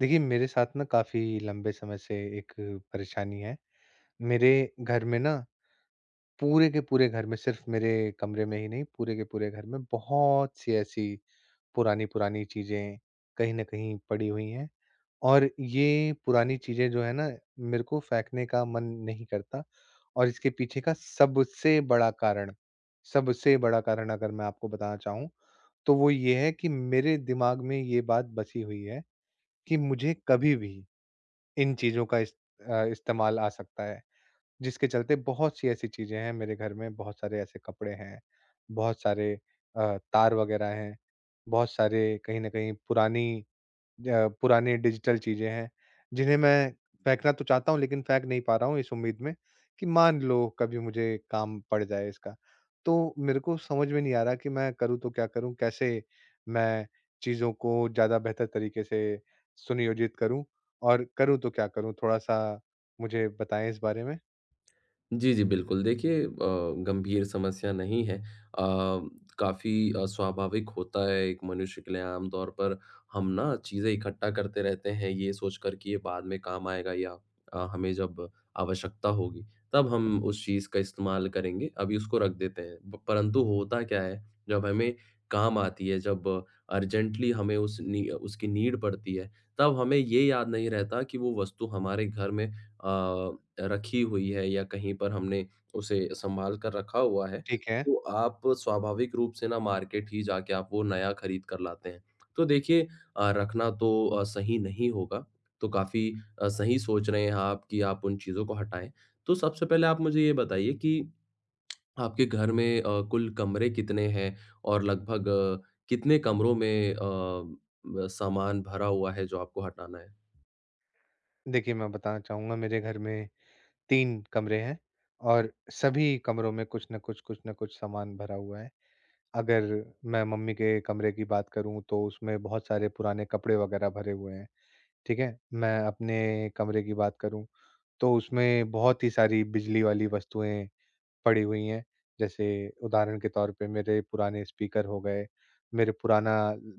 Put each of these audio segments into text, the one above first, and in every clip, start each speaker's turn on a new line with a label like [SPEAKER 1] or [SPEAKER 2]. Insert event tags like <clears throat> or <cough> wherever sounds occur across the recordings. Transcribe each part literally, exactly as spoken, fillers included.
[SPEAKER 1] देखिए, मेरे साथ ना काफ़ी लंबे समय से एक परेशानी है। मेरे घर में ना पूरे के पूरे घर में सिर्फ़ मेरे कमरे में ही नहीं, पूरे के पूरे घर में बहुत-सी ऐसी पुरानी-पुरानी चीज़ें कहीं न कहीं पड़ी हुई हैं। और ये पुरानी चीज़ें जो है ना, मेरे को फेंकने का मन नहीं करता। और इसके पीछे का सबसे बड़ा कारण सबसे बड़ा कारण अगर मैं आपको बताना चाहूँ, तो वो ये है कि मेरे दिमाग में ये बात बसी हुई है कि मुझे कभी भी इन चीज़ों का इस अ, इस्तेमाल आ सकता है। जिसके चलते बहुत सी ऐसी चीज़ें हैं मेरे घर में, बहुत सारे ऐसे कपड़े हैं, बहुत सारे अ, तार वगैरह हैं, बहुत सारे कहीं न कहीं पुरानी अ, पुरानी डिजिटल चीज़ें हैं, जिन्हें मैं फेंकना तो चाहता हूँ लेकिन फेंक नहीं पा रहा हूँ, इस उम्मीद में कि मान लो कभी मुझे काम पड़ जाए इसका। तो मेरे को समझ में नहीं आ रहा कि मैं करूँ तो क्या करूँ? कैसे मैं चीज़ों को ज़्यादा बेहतर तरीके से सुनियोजित करूँ और करूँ तो क्या करूँ? थोड़ा-सा मुझे बताएँ इस बारे में।
[SPEAKER 2] जी, जी, बिल्कुल। देखिए अ, गंभीर समस्या नहीं है। अ, काफ़ी अ, स्वाभाविक होता है एक मनुष्य के लिए आम तौर पर हम ना चीज़ें इकट्ठा करते रहते हैं ये सोचकर कि ये बाद में काम आएगा या अ, हमें जब आवश्यकता होगी, तब हम उस चीज़ का इस्तेमाल करेंगे, अभी उसको रख देते हैं। ब परंतु होता क्या है, जब हमें काम आती है, जब अर्जेंटली हमें उस नी उसकी नीड पड़ती है, तब हमें ये याद नहीं रहता कि वो वस्तु हमारे घर में अ, रखी हुई है या कहीं पर हमने उसे संभाल कर रखा हुआ है,
[SPEAKER 1] ठीक है।
[SPEAKER 2] तो आप स्वाभाविक रूप से ना मार्केट ही जाके आप वो नया खरीद कर लाते हैं। तो देखिए अ, रखना तो अ, सही नहीं होगा, तो काफ़ी अ, सही सोच रहे हैं आप कि आप उन चीज़ों को हटाएँ। तो सबसे पहले आप मुझे ये बताइए कि आपके घर में अ, कुल कमरे कितने हैं और लगभग अ, कितने कमरों में अ, ब सामान भरा हुआ है जो आपको हटाना है?
[SPEAKER 1] देखिए, मैं बताना चाहूँगा, मेरे घर में तीन कमरे हैं और सभी कमरों में कुछ न कुछ, कुछ न कुछ सामान भरा हुआ है। अगर मैं मम्मी के कमरे की बात करूँ, तो उसमें बहुत सारे पुराने कपड़े वगैरह भरे हुए हैं, ठीक है? मैं अपने कमरे की बात करूँ, तो उसमें बहुत ही सारी बिजली वाली वस्तुएँ पड़ी हुई हैं। जैसे उदाहरण के तौर पे मेरे पुराने स्पीकर हो गए, मेरे पुराना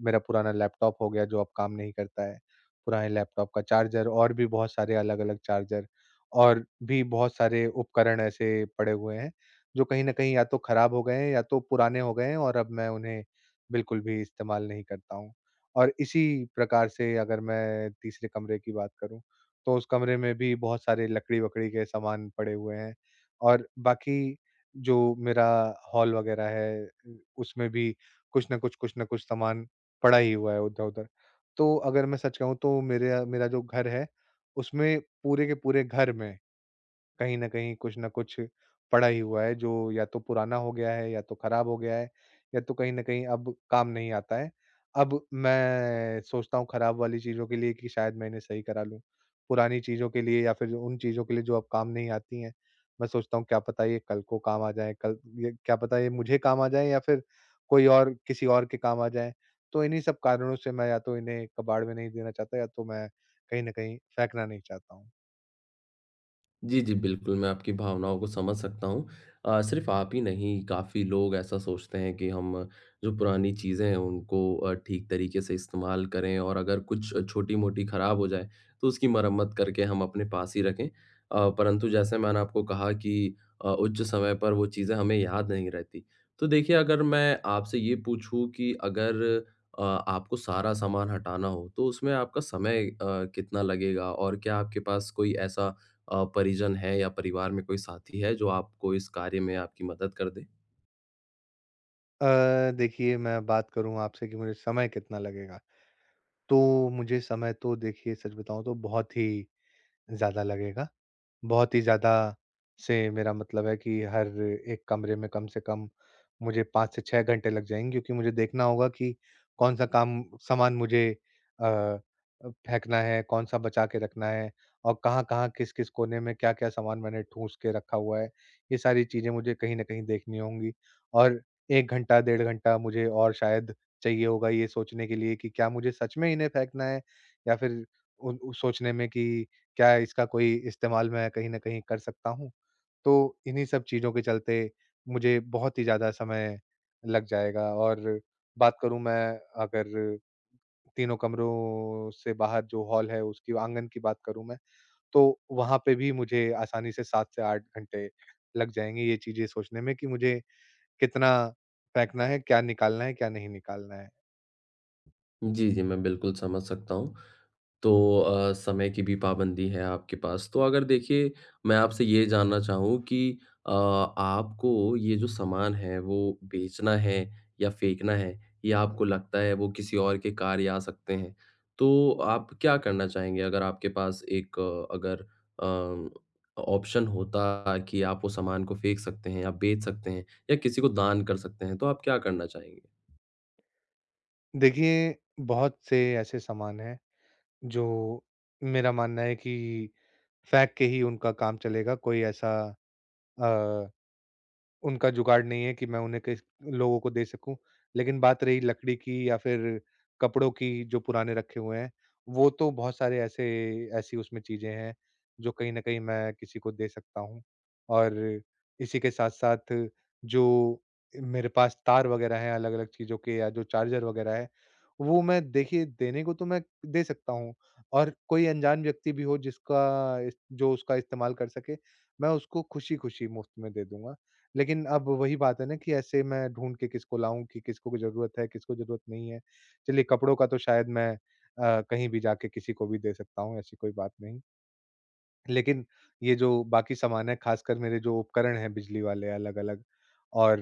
[SPEAKER 1] मेरा पुराना लैपटॉप हो गया जो अब काम नहीं करता है, पुराने लैपटॉप का चार्जर और भी बहुत सारे अलग-अलग चार्जर और भी बहुत सारे उपकरण ऐसे पड़े हुए हैं, जो कहीं न कहीं या तो खराब हो गए हैं या तो पुराने हो गए हैं और अब मैं उन्हें बिल्कुल भी इस्तेमाल नहीं करता हूँ। और इसी प्रकार से अगर मैं तीसरे कमरे की बात करूँ, तो उस कमरे में भी बहुत सारे लकड़ी-वकड़ी के सामान पड़े हुए हैं। और बाकी जो मेरा हॉल वगैरह है, उ उसमें भी कुछ न कुछ, कुछ न कुछ सामान पड़ा ही हुआ है इधर-उधर। तो अगर मैं सच कहूँ तो मेरे मेरा जो घर है, उसमें पूरे के पूरे घर में कहीं न कहीं कुछ न कुछ पड़ा ही हुआ है, जो या तो पुराना हो गया है या तो खराब हो गया है या तो कहीं न कहीं अब काम नहीं आता है। अब मैं सोचता हूँ खराब वाली चीज़ों के लिए कि शायद मैं इन्हें सही करा लूँ। पुरानी चीज़ों के लिए या फिर उन चीज़ों के लिए जो अब काम नहीं आती हैं, मैं सोचता हूँ क्या पता ये कल को काम आ जाएँ, कल ये क्या पता ये मुझे काम आ जाएँ या फिर कोई और किसी और के काम आ जाएँ। तो इन्हीं सब कारणों से मैं या तो इन्हें कबाड़ में नहीं देना चाहता या तो मैं कहीं न कहीं फेंकना नहीं चाहता हूँ।
[SPEAKER 2] जी, जी, बिल्कुल, मैं आपकी भावनाओं को समझ सकता हूँ। अ, सिर्फ़ आप ही नहीं, काफ़ी लोग ऐसा सोचते हैं कि हम जो पुरानी चीज़ें हैं, उनको अ, ठीक तरीके से इस्तेमाल करें और अगर कुछ छोटी-मोटी खराब हो जाए, तो उसकी मरम्मत करके हम अपने पास ही रखें। अ, परंतु जैसे मैंने आपको कहा कि अ, उच्च समय पर वो चीज़ें हमें याद नहीं रहती। तो देखिए, अगर मैं आपसे ये पूछूँ कि अगर अ, आपको सारा सामान हटाना हो, तो उसमें आपका समय अ, कितना लगेगा और क्या आपके पास कोई ऐसा अ, परिजन है या परिवार में कोई साथी है जो आपको इस कार्य में आपकी मदद कर दे?
[SPEAKER 1] अ, देखिए, मैं बात करूँ आपसे कि मुझे समय कितना लगेगा, तो मुझे समय तो, देखिए, सच बताऊँ तो बहुत ही ज़्यादा लगेगा। बहुत ही ज़्यादा से मेरा मतलब है कि हर एक कमरे में कम से कम मुझे पाँच से छह घंटे लग जाएँगे, क्योंकि मुझे देखना होगा कि कौन-सा काम सामान मुझे अ अ, फेंकना है, कौन-सा बचा के रखना है और कहाँ-कहाँ, किस-किस कोने में क्या-क्या सामान मैंने ठूँस के रखा हुआ है। ये सारी चीज़ें मुझे कहीं न कहीं देखनी होंगी। और एक घंटा, डेढ़ घंटा मुझे और शायद चाहिए होगा ये सोचने के लिए कि क्या मुझे सच में इन्हें फेंकना है, या फिर उन उ सोचने में कि क्या इसका कोई इस्तेमाल मैं कहीं न कहीं कर सकता हूँ? तो इन्हीं सब चीज़ों के चलते मुझे बहुत ही ज़्यादा समय लग जाएगा। और बात करूँ मैं अगर तीनों कमरों से बाहर जो हॉल है, उसकी आँगन की बात करूँ मैं, तो वहाँ पे भी मुझे आसानी से सात से आठ घंटे लग जाएँगे ये चीज़ें सोचने में कि मुझे कितना फेंकना है, क्या निकालना है, क्या नहीं निकालना है।
[SPEAKER 2] जी, जी, मैं बिल्कुल समझ सकता हूँ। तो अ, समय की भी पाबंदी है आपके पास। तो अगर देखिए मैं आपसे ये जानना चाहूँ कि अ, आपको ये जो सामान है वो बेचना है या फेंकना है, ये आपको लगता है वो किसी और के कार्य आ सकते हैं। तो आप क्या करना चाहेंगे अगर आपके पास एक अ, अगर अम, ऑप्शन होता कि आप वो सामान को फेंक सकते हैं या बेच सकते हैं या किसी को दान कर सकते हैं, तो आप क्या करना चाहेंगे?
[SPEAKER 1] देखिए, बहुत से ऐसे सामान हैं जो, मेरा मानना है कि फेंक के ही उनका काम चलेगा, कोई ऐसा अ, उनका जुगाड़ नहीं है कि मैं उन्हें किस लोगों को दे सकूँ। लेकिन बात रही लकड़ी की या फिर कपड़ों की जो पुराने रखे हुए हैं, वो तो बहुत सारे ऐसे ऐसी उसमें चीज़ें हैं, जो कहीं न कहीं मैं किसी को दे सकता हूँ। और इसी के साथ-साथ जो मेरे पास तार वग़ैरह हैं अलग-अलग चीज़ों के या जो चार्जर वग़ैरह है, वो मैं, देखिए, देने को तो मैं दे सकता हूँ, और कोई अनजान व्यक्ति भी हो जिसका इस जो उसका इस्तेमाल कर सके, मैं उसको खुशी-खुशी मुफ़्त में दे दूँगा। लेकिन अब वही बात है ना कि ऐसे मैं ढूँढ के किसको लाऊँ कि किसको ज़रूरत है, किसको ज़रूरत नहीं है। चलिए, कपड़ों का तो शायद मैं अ, कहीं भी जाके किसी को भी दे सकता हूँ, ऐसी कोई बात नहीं। लेकिन ये जो बाकी सामान है, खासकर मेरे जो उपकरण हैं बिजली वाले अलग-अलग, और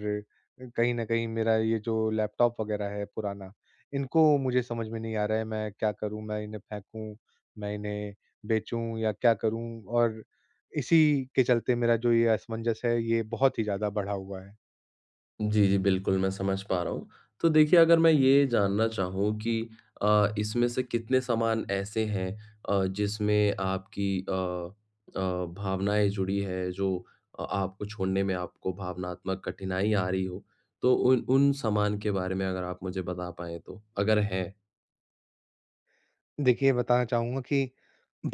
[SPEAKER 1] कहीं न कहीं मेरा ये जो लैपटॉप वग़ैरह है पुराना, इनको मुझे समझ में नहीं आ रहा है मैं क्या करूँ? मैं इन्हें फेंकूँ, मैं इन्हें बेचूँ, या क्या करूँ? और इसी के चलते मेरा जो ये असमंजस है, ये बहुत ही ज़्यादा बढ़ा हुआ है।
[SPEAKER 2] जी, जी, बिल्कुल, मैं समझ पा रहा हूँ। तो देखिए, अगर मैं ये जानना चाहूँ कि अ, इसमें से कितने सामान ऐसे हैं अ, जिसमें आपकी अ अ, भावनाएँ जुड़ी हैं, जो अ, आपको छोड़ने में आपको भावनात्मक कठिनाई आ रही हो? तो उन उन सामान के बारे में अगर आप मुझे बता पाएँ तो, अगर हैं।
[SPEAKER 1] देखिए, बताना चाहूँगा कि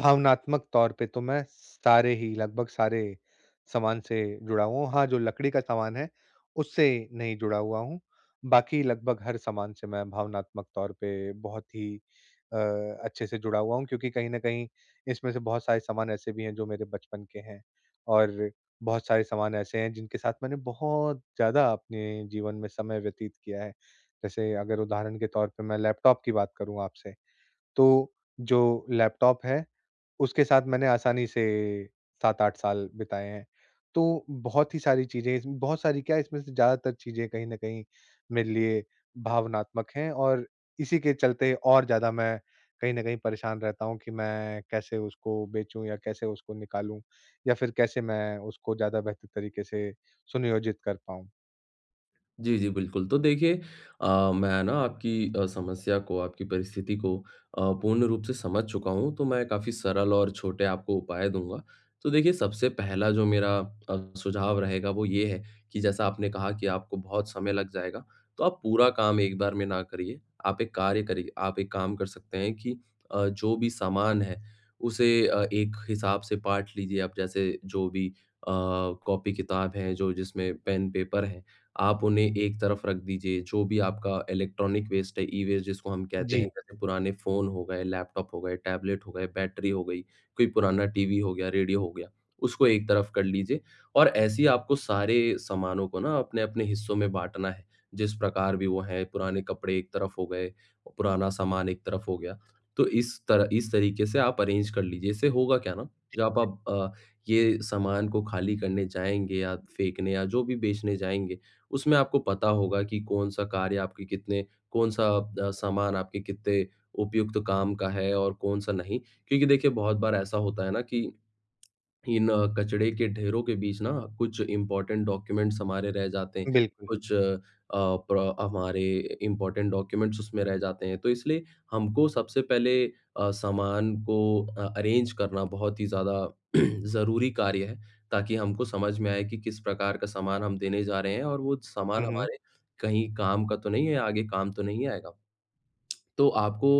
[SPEAKER 1] भावनात्मक तौर पे तो मैं सारे ही लगभग सारे सामान से जुड़ा हुआ हूँ। हाँ, जो लकड़ी का सामान है, उससे नहीं जुड़ा हुआ हूँ। बाकी लगभग हर सामान से मैं भावनात्मक तौर पे बहुत ही अ, अच्छे से जुड़ा हुआ हूँ, क्योंकि कहीं न कहीं इसमें से बहुत सारे सामान ऐसे भी हैं जो मेरे बचपन के हैं, और बहुत सारे सामान ऐसे हैं जिनके साथ मैंने बहुत ज़्यादा अपने जीवन में समय व्यतीत किया है। जैसे अगर उदाहरण के तौर पे मैं लैपटॉप की बात करूँ आपसे, तो जो लैपटॉप है, उसके साथ मैंने आसानी से सात आठ साल बिताए हैं। तो बहुत ही सारी चीज़ें इस बहुत सारी क्या इसमें से ज़्यादातर चीज़ें कहीं न कहीं मेरे लिए भावनात्मक हैं, और इसी के चलते और ज़्यादा मैं कहीं न कहीं परेशान रहता हूँ कि मैं कैसे उसको बेचूँ या कैसे उसको निकालूँ, या फिर कैसे मैं उसको ज़्यादा बेहतर तरीके से सुनियोजित कर पाऊँ।
[SPEAKER 2] जी, जी, बिल्कुल। तो देखिए अ, मैं ना आपकी अ, समस्या को, आपकी परिस्थिति को अ, पूर्ण रूप से समझ चुका हूँ, तो मैं काफ़ी सरल और छोटे आपको उपाय दूँगा। तो देखिए, सबसे पहला जो मेरा अ, सुझाव रहेगा, वो ये है कि जैसा आपने कहा कि आपको बहुत समय लग जाएगा, तो आप पूरा काम एक बार में ना करिए। आप एक कार्य करिए आप एक काम कर सकते हैं कि अ, जो भी सामान है, उसे अ, एक हिसाब से बाँट लीजिए। आप जैसे जो भी अ, कॉपी-किताब हैं, जो जिसमें पेन-पेपर है, आप उन्हें एक तरफ रख दीजिए, जो भी आपका इलेक्ट्रॉनिक वेस्ट है, ई-वेस्ट जिसको हम कहते
[SPEAKER 1] जी,
[SPEAKER 2] हैं, जैसे पुराने फ़ोन हो गए, लैपटॉप हो गए, टैबलेट हो गए, बैटरी हो गई, कोई पुराना टीवी हो गया, रेडियो हो गया, उसको एक तरफ कर लीजिए और ऐसे ही आपको सारे सामानों को ना अपने-अपने हिस्सों में बाँटना है, जिस प्रकार भी वो हैं, पुराने कपड़े एक तरफ हो गए, पुराना सामान एक तरफ हो गया। तो इस तरह इस तरीके से आप अरेंज कर लीजिए, इससे होगा क्या ना, जब आप अ, ये सामान को खाली करने जाएँगे या फेंकने या जो भी बेचने जाएँगे उसमें आपको पता होगा कि कौन-सा कार्य आपके कितने कौन-सा अ, सामान आपके कितने उपयुक्त काम का है और कौन-सा नहीं। क्योंकि देखिए बहुत बार ऐसा होता है ना कि इन अ, कचड़े के ढेरों के बीच ना कुछ इम्पोर्टेंट डॉक्यूमेंट्स हमारे रह जाते हैं।
[SPEAKER 1] बिल्कुल।
[SPEAKER 2] कुछ अ, अ, प्र हमारे इम्पोर्टेंट डॉक्यूमेंट्स उसमें रह जाते हैं। तो इसलिए हमको सबसे पहले अ, सामान को अ, अरेंज करना बहुत ही ज़्यादा <clears throat> ज़रूरी कार्य है, ताकि हमको समझ में आए कि किस प्रकार का सामान हम देने जा रहे हैं और वो
[SPEAKER 1] हुँ,
[SPEAKER 2] सामान
[SPEAKER 1] हुँ।
[SPEAKER 2] हमारे कहीं काम का तो नहीं है, आगे काम तो नहीं आएगा। तो आपको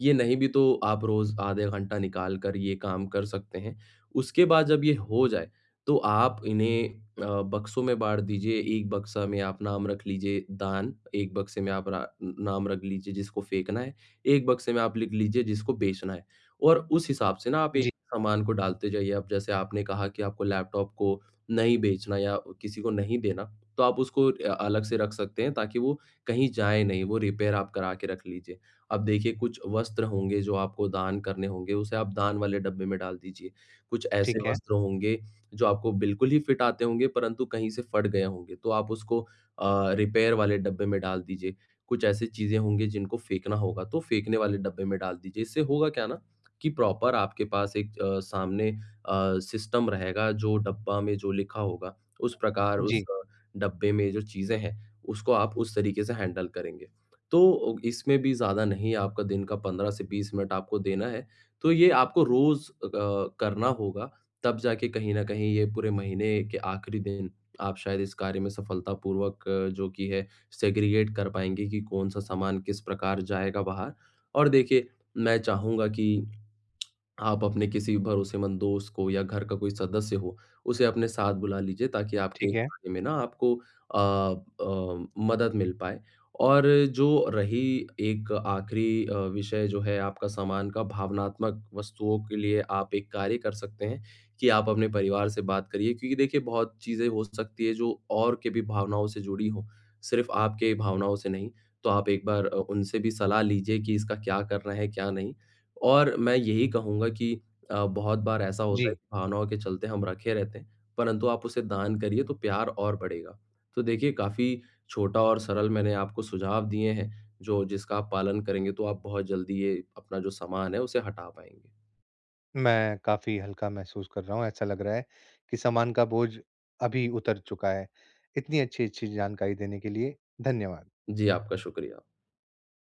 [SPEAKER 2] ये नहीं भी तो आप रोज़ आधे घंटा निकाल कर ये काम कर सकते हैं। उसके बाद जब ये हो जाए, तो आप इन्हें अ, बक्सों में बाँट दीजिए, एक बक्सा में आप नाम रख लीजिए दान, एक बक्से में आप रा न नाम रख लीजिए जिसको फेंकना है, एक बक्से में आप लिख लीजिए जिसको बेचना है। और उस हिसाब से ना आप एक
[SPEAKER 1] जी,
[SPEAKER 2] सामान को डालते जाइए। अब जैसे आपने कहा कि आपको लैपटॉप को नहीं बेचना या किसी को नहीं देना, तो आप उसको अ, अलग से रख सकते हैं ताकि वो कहीं जाए नहीं, वो रिपेयर आप करा के रख लीजिए। अब देखिए कुछ वस्त्र होंगे जो आपको दान करने होंगे, उसे आप दान वाले डब्बे में डाल दीजिए। कुछ ऐसे
[SPEAKER 1] ठीक है।
[SPEAKER 2] वस्त्र होंगे जो आपको बिल्कुल ही फिट आते होंगे परंतु कहीं से फट गए होंगे, तो आप उसको अ, रिपेयर वाले डब्बे में डाल दीजिए। कुछ ऐसी चीज़ें होंगी जिनको फेंकना होगा, तो फेंकने वाले डब्बे में डाल दीजिए। इससे होगा क्या ना कि प्रॉपर आपके पास एक अ, सामने अ, सिस्टम रहेगा जो डब्बा में जो लिखा होगा, उस प्रकार उस
[SPEAKER 1] जी,
[SPEAKER 2] अ, डब्बे में जो चीज़ें हैं, उसको आप उस तरीके से हैंडल करेंगे। तो इसमें भी ज़्यादा नहीं है, आपका दिन का पंद्रह से बीस मिनट आपको देना है। तो ये आपको रोज़ अ, करना होगा, तब जाके कहीं न कहीं ये पूरे महीने के आखिरी दिन आप शायद इस कार्य में सफलतापूर्वक अ, जो कि है सेग्रीगेट कर पाएँगे कि कौन-सा सामान किस प्रकार जाएगा बाहर। और देखिए, मैं चाहूँगा कि आप अपने किसी भरोसेमंद दोस्त को या घर का कोई सदस्य हो, उसे अपने साथ बुला लीजिए ताकि आपके इस
[SPEAKER 1] ठीक है।
[SPEAKER 2] गाने में ना आपको अ अ, मदद मिल पाए। और जो रही एक आखिरी अ, विषय जो है आपका सामान का भावनात्मक वस्तुओं के लिए आप एक कार्य कर सकते हैं कि आप अपने परिवार से बात करिए क्योंकि देखिए बहुत चीज़ें हो सकती है जो और के भी भावनाओं से जुड़ी हों, सिर्फ़ आपके भावनाओं से नहीं। तो आप एक बार अ, उनसे भी सलाह लीजिए कि इसका क्या करना है, क्या नहीं। और मैं यही कहूँगा कि अ, बहुत बार ऐसा हुँ। होता
[SPEAKER 1] जी।
[SPEAKER 2] है कि भावनाओं के चलते हम रखे रहते हैं, परंतु आप उसे दान करिए तो प्यार और बढ़ेगा। तो देखिए काफ़ी छोटा और सरल मैंने आपको सुझाव दिए हैं, जो जिसका आप पालन करेंगे तो आप बहुत जल्दी ये अपना जो सामान है उसे हटा पाएँगे।
[SPEAKER 1] मैं काफ़ी हल्का महसूस कर रहा हूँ। ऐसा लग रहा है कि सामान का बोझ अभी उतर चुका है। इतनी अच्छी-अच्छी जानकारी देने के लिए धन्यवाद।
[SPEAKER 2] जी, आपका शुक्रिया।